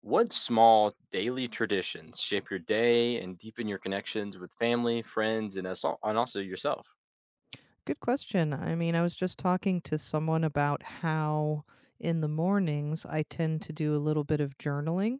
What small daily traditions shape your day and deepen your connections with family, friends, and us all, and also yourself? Good question. I mean, I was just talking to someone about how in the mornings I tend to do a little bit of journaling.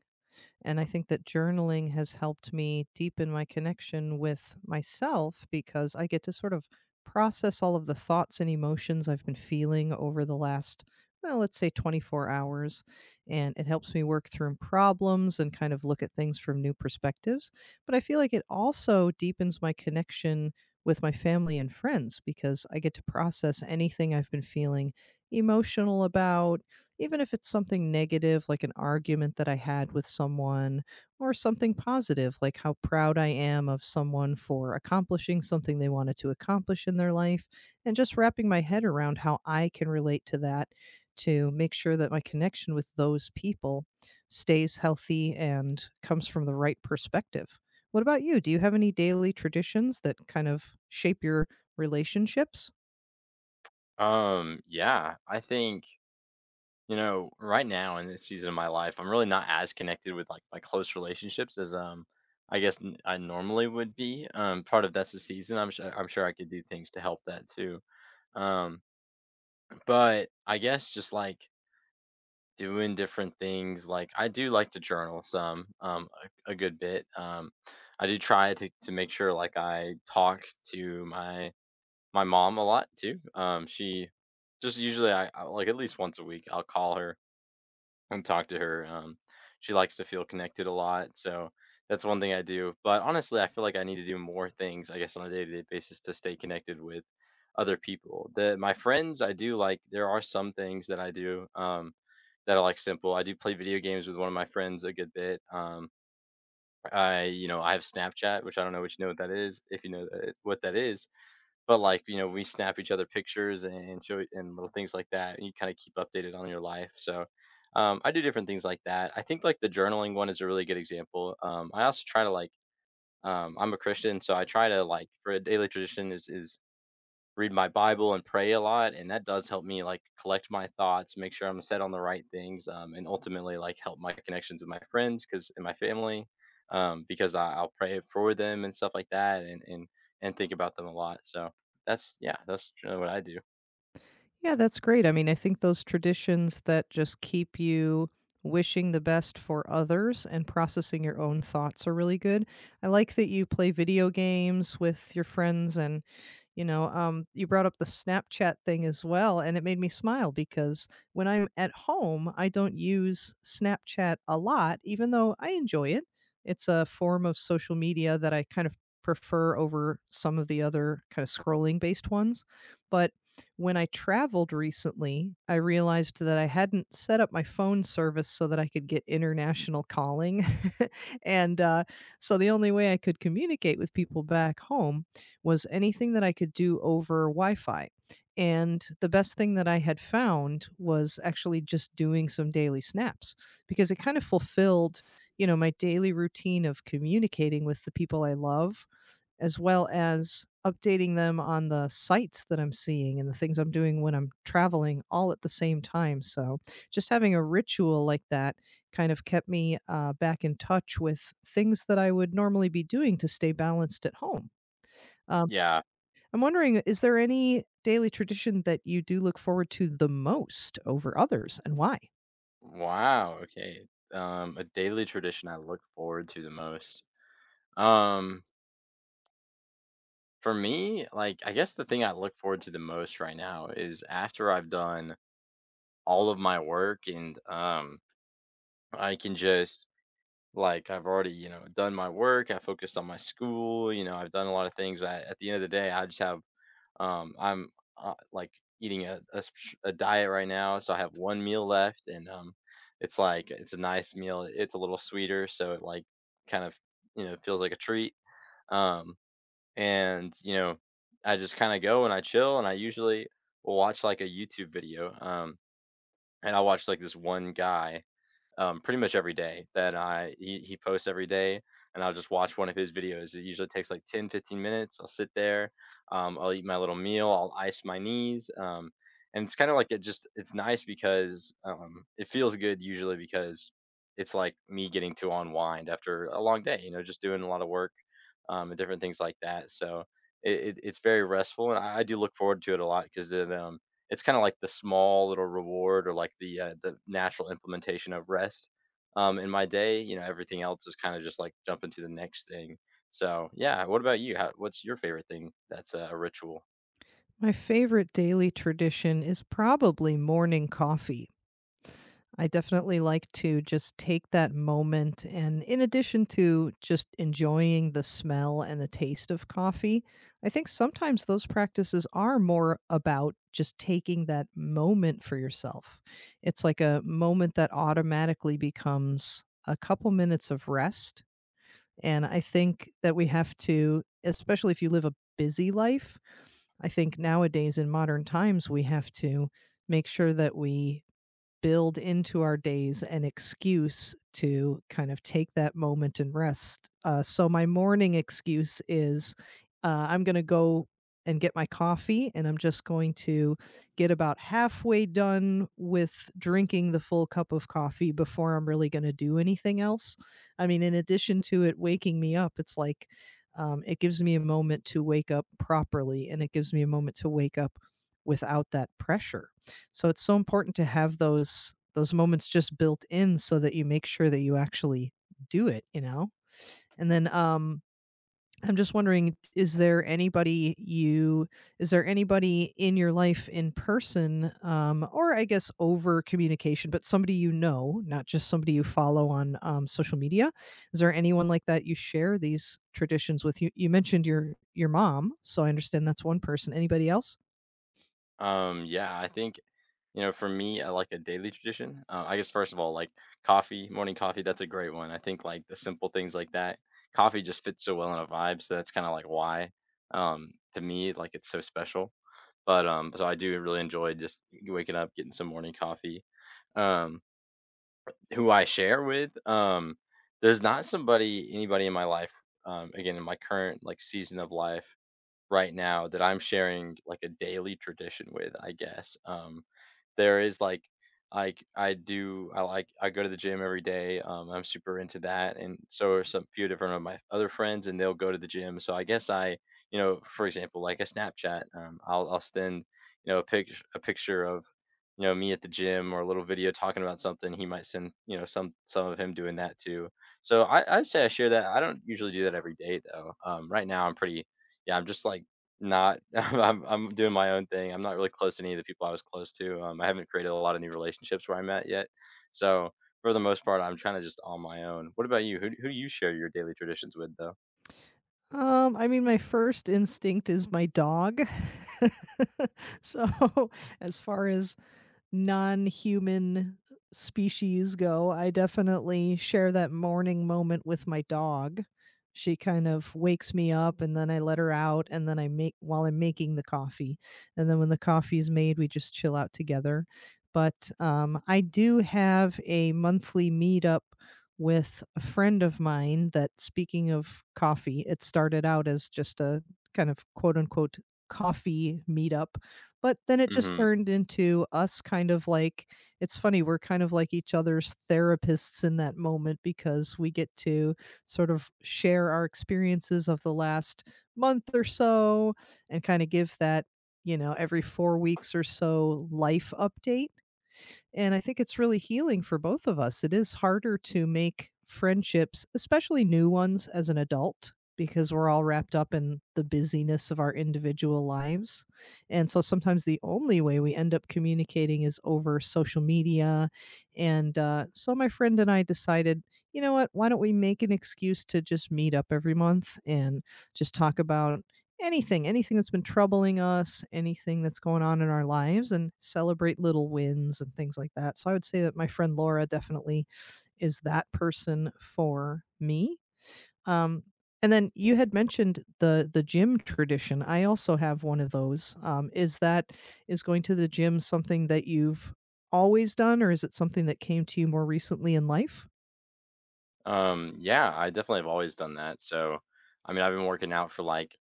And I think that journaling has helped me deepen my connection with myself because I get to sort of process all of the thoughts and emotions I've been feeling over the last, well, let's say 24 hours. And it helps me work through problems and kind of look at things from new perspectives. But I feel like it also deepens my connection with my family and friends because I get to process anything I've been feeling emotional about, even if it's something negative, like an argument that I had with someone, or something positive, like how proud I am of someone for accomplishing something they wanted to accomplish in their life, and just wrapping my head around how I can relate to that to make sure that my connection with those people stays healthy and comes from the right perspective. What about you? Do you have any daily traditions that kind of shape your relationships? Yeah, I think, right now in this season of my life, I'm really not as connected with like my close relationships as I guess, I normally would be. Part of that's the season. I'm sure I could do things to help that too. Um, but I guess just like doing different things, like, I do like to journal some, a good bit, I do try to make sure, like, I talk to my mom a lot too, she just usually I like, at least once a week, I'll call her and talk to her, she likes to feel connected a lot, so that's one thing I do, but honestly, I feel like I need to do more things, I guess, on a day-to-day basis to stay connected with other people. The My friends, I do like there are some things that I do that are like simple. I do play video games with one of my friends a good bit. I have Snapchat, which I don't know what you know what that is, if you know that, what that is. But like, we snap each other pictures and show and little things like that and you kind of keep updated on your life. So I do different things like that. I think like the journaling one is a really good example. I also try to like, I'm a Christian, so I try to, like, for a daily tradition is, read my Bible and pray a lot, and that does help me, like, collect my thoughts, make sure I'm set on the right things, and ultimately, like, help my connections with my friends because and my family, because I'll pray for them and stuff like that and think about them a lot, so that's yeah, that's generally what I do. Yeah, that's great. I mean, I think those traditions that just keep you wishing the best for others and processing your own thoughts are really good. I like that you play video games with your friends, and you know, you brought up the Snapchat thing as well, and it made me smile because when I'm at home, I don't use Snapchat a lot, even though I enjoy it. It's a form of social media that I kind of prefer over some of the other kind of scrolling based ones. But when I traveled recently, I realized that I hadn't set up my phone service so that I could get international calling. And so the only way I could communicate with people back home was anything that I could do over Wi Fi. And the best thing that I had found was actually just doing some daily snaps, because it kind of fulfilled, you know, my daily routine of communicating with the people I love, as well as updating them on the sights that I'm seeing and the things I'm doing when I'm traveling, all at the same time. So, just having a ritual like that kind of kept me back in touch with things that I would normally be doing to stay balanced at home. Um, Yeah. I'm wondering, is there any daily tradition that you do look forward to the most over others, and why? Wow, okay. A daily tradition I look forward to the most. Um, for me, like, I guess the thing I look forward to the most right now is after I've done all of my work and, I can just like I've already, done my work. I focused on my school. You know, I've done a lot of things. At the end of the day, I just have I'm like eating a diet right now, so I have one meal left, and it's a nice meal. It's a little sweeter, so it like kind of feels like a treat. Um, and I just kind of go and I chill, and I usually will watch like a YouTube video. And I watch like this one guy, pretty much every day that I he posts every day, and I'll just watch one of his videos. It usually takes like 10 to 15 minutes. I'll sit there, I'll eat my little meal, I'll ice my knees, and it's kind of like it's nice because it feels good usually because it's like me getting to unwind after a long day. You know, just doing a lot of work, and different things like that. So it's very restful, and I do look forward to it a lot because it's kind of like the small little reward or like the natural implementation of rest. In my day, everything else is kind of just like jumping to the next thing. So yeah, what about you? What's your favorite thing that's a ritual? My favorite daily tradition is probably morning coffee. I definitely like to just take that moment, and in addition to just enjoying the smell and the taste of coffee, I think sometimes those practices are more about just taking that moment for yourself. It's like a moment that automatically becomes a couple minutes of rest, and I think that we have to, especially if you live a busy life, I think nowadays in modern times, we have to make sure that we build into our days an excuse to kind of take that moment and rest. So my morning excuse is I'm going to go and get my coffee, and I'm just going to get about halfway done with drinking the full cup of coffee before I'm really going to do anything else. I mean, in addition to it waking me up, it's like it gives me a moment to wake up properly, and it gives me a moment to wake up without that pressure. So it's so important to have those moments just built in, so that you make sure that you actually do it, you know? And then I'm just wondering, is there anybody in your life in person, or I guess over communication, but somebody, you know, not just somebody you follow on social media, is there anyone like that you share these traditions with? You mentioned your mom, so I understand that's one person. Anybody else? Yeah, I think. You know, for me, I like a daily tradition. I guess first of all, like coffee, morning coffee, that's a great one. I think like the simple things like that, coffee just fits so well in a vibe. So that's kind of like why, to me, like it's so special. But so I do really enjoy just waking up, getting some morning coffee. Um, who I share with, there's not anybody in my life, again in my current like season of life right now that I'm sharing like a daily tradition with. I guess. There is like I do I like I go to the gym every day. I'm super into that, and so are some few different of my other friends, and they'll go to the gym. So I guess you know, for example, like a Snapchat, I'll send, you know, a picture of, you know, me at the gym or a little video talking about something. He might send, you know, some of him doing that too. So I say I share that. I don't usually do that every day though. Right now I'm pretty, yeah, I'm just like not. I'm doing my own thing. I'm not really close to any of the people I was close to. I haven't created a lot of new relationships where I'm at yet. So for the most part, I'm trying to just on my own. What about you? Who do you share your daily traditions with, though? I mean, my first instinct is my dog. So, as far as non-human species go, I definitely share that morning moment with my dog. She kind of wakes me up, and then I let her out, and then I make, while I'm making the coffee. And then when the coffee is made, we just chill out together. But, I do have a monthly meetup with a friend of mine that, speaking of coffee, it started out as just a kind of quote unquote "coffee meetup." But then it just Mhm. turned into us, kind of like, it's funny, we're kind of like each other's therapists in that moment, because we get to sort of share our experiences of the last month or so, and kind of give that, you know, every 4 weeks or so life update. And I think it's really healing for both of us. It is harder to make friendships, especially new ones as an adult, because we're all wrapped up in the busyness of our individual lives. And so sometimes the only way we end up communicating is over social media. And so my friend and I decided, you know what, why don't we make an excuse to just meet up every month and just talk about anything, anything that's been troubling us, anything that's going on in our lives, and celebrate little wins and things like that. So I would say that my friend Laura definitely is that person for me. Um, and then you had mentioned the gym tradition. I also have one of those. Is going to the gym something that you've always done, or is it something that came to you more recently in life? Yeah, I definitely have always done that. So, I mean, I've been working out for like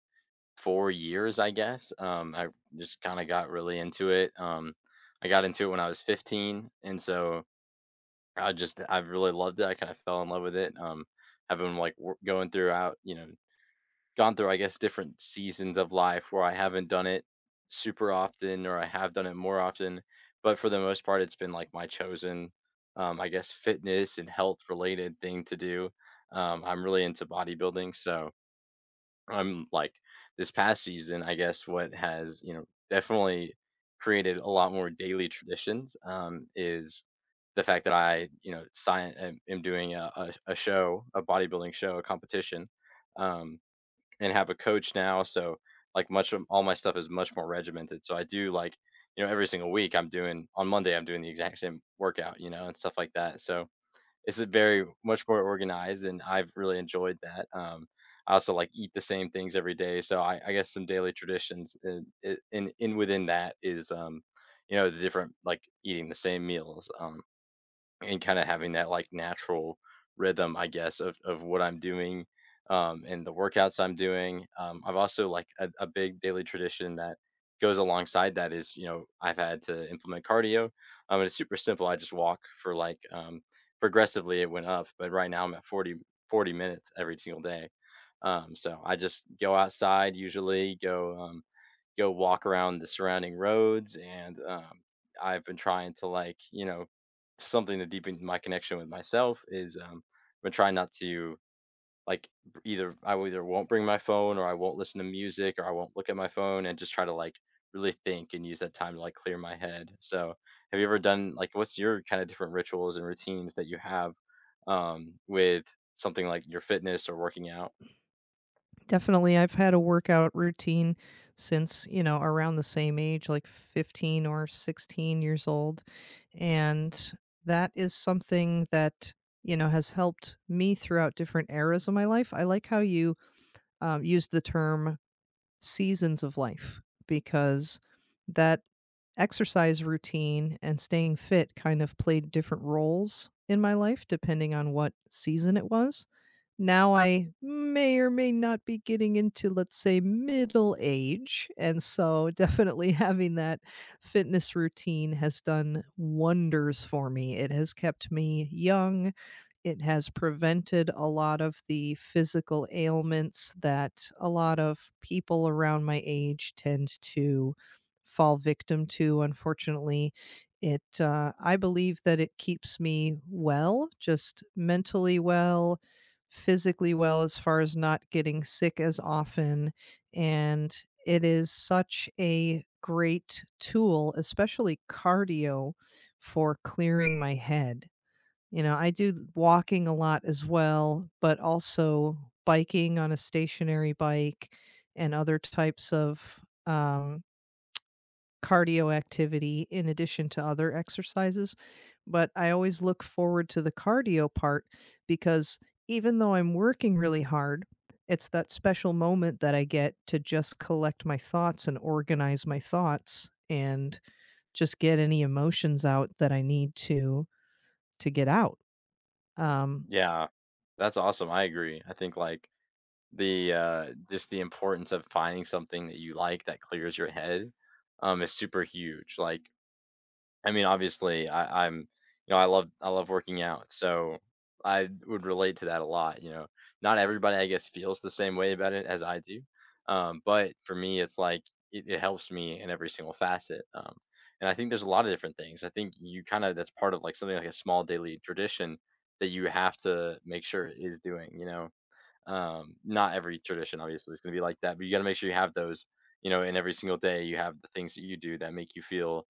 4 years, I guess. I just kinda got really into it. I got into it when I was 15, and so I really loved it. I kinda fell in love with it. I've been like wor going throughout, you know, I guess, different seasons of life where I haven't done it super often or I have done it more often. But for the most part, it's been like my chosen, I guess, fitness and health related thing to do. I'm really into bodybuilding. So I'm like this past season, I guess, what has, you know, definitely created a lot more daily traditions, is the fact that I, you know, am doing a show, a bodybuilding show, a competition. Um, and have a coach now, so, like, much of all my stuff is much more regimented, so I do, like, you know, every single week, I'm doing on Monday, I'm doing the exact same workout, you know, and stuff like that, so it's a very much more organized, and I've really enjoyed that, I also, like, eat the same things every day, so I guess some daily traditions in within that is, you know, the different like, eating the same meals, and kind of having that like natural rhythm, I guess, of what I'm doing, and the workouts I'm doing. I've also like a big daily tradition that goes alongside that is, you know, I've had to implement cardio. And it's super simple. I just walk for like progressively it went up, but right now I'm at forty minutes every single day. So I just go outside usually, go walk around the surrounding roads, and, I've been trying to, like, you know, something to deepen my connection with myself is, I've been trying not to, like, b either I will either won't bring my phone or I won't listen to music or I won't look at my phone and just try to, like, really think and use that time to, like, clear my head. So, have you ever done like, what's your kinda different rituals and routines that you have, with something like your fitness or working out? Definitely, I've had a workout routine since, you know, around the same age, like 15 or 16 years old. And that is something that, you know, has helped me throughout different eras of my life. I like how you used the term "seasons of life," because that exercise routine and staying fit kind of played different roles in my life depending on what season it was. Now I may or may not be getting into, let's say, middle age. And so definitely having that fitness routine has done wonders for me. It has kept me young. It has prevented a lot of the physical ailments that a lot of people around my age tend to fall victim to, unfortunately. I believe that it keeps me well, just mentally well, physically well, as far as not getting sick as often. And it is such a great tool, especially cardio, for clearing my head. You know, I do walking a lot as well, but also biking on a stationary bike and other types of, um, cardio activity in addition to other exercises, but I always look forward to the cardio part because, even though I'm working really hard, it's that special moment that I get to just collect my thoughts and organize my thoughts and just get any emotions out that I need to get out. Um, Yeah. That's awesome, I agree. I think, like, the just the importance of finding something that you like that clears your head is super huge. Like, I mean, obviously, I'm you know, I love working out, so I would relate to that a lot, you know. Not everybody, I guess, feels the same way about it as I do, but for me it's like it helps me in every single facet, and I think there's a lot of different things. I think you kind of that's part of like something like a small daily tradition that you have to make sure is doing, you know, not every tradition obviously is going to be like that, but you got to make sure you have those, you know, in every single day you have the things that you do that make you feel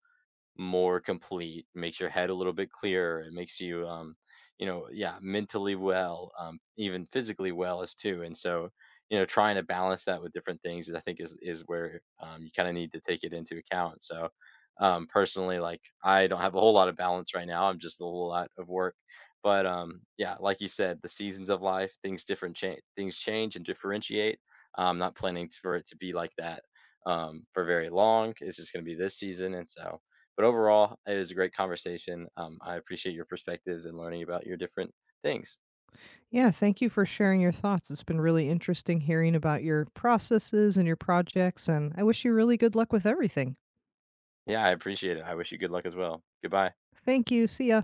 more complete, makes your head a little bit clearer. It makes you, you know, yeah, mentally well, even physically well as too. And so, you know, trying to balance that with different things, I think is where, you kind of need to take it into account. So, personally, like I don't have a whole lot of balance right now. I'm just a whole lot of work. But yeah, like you said, the seasons of life, things change and differentiate. I'm not planning for it to be like that, for very long. It's just going to be this season, and so but overall, it was a great conversation. I appreciate your perspectives and learning about your different things. Yeah, thank you for sharing your thoughts. It's been really interesting hearing about your processes and your projects, and I wish you really good luck with everything. Yeah, I appreciate it. I wish you good luck as well. Goodbye. Thank you. See ya.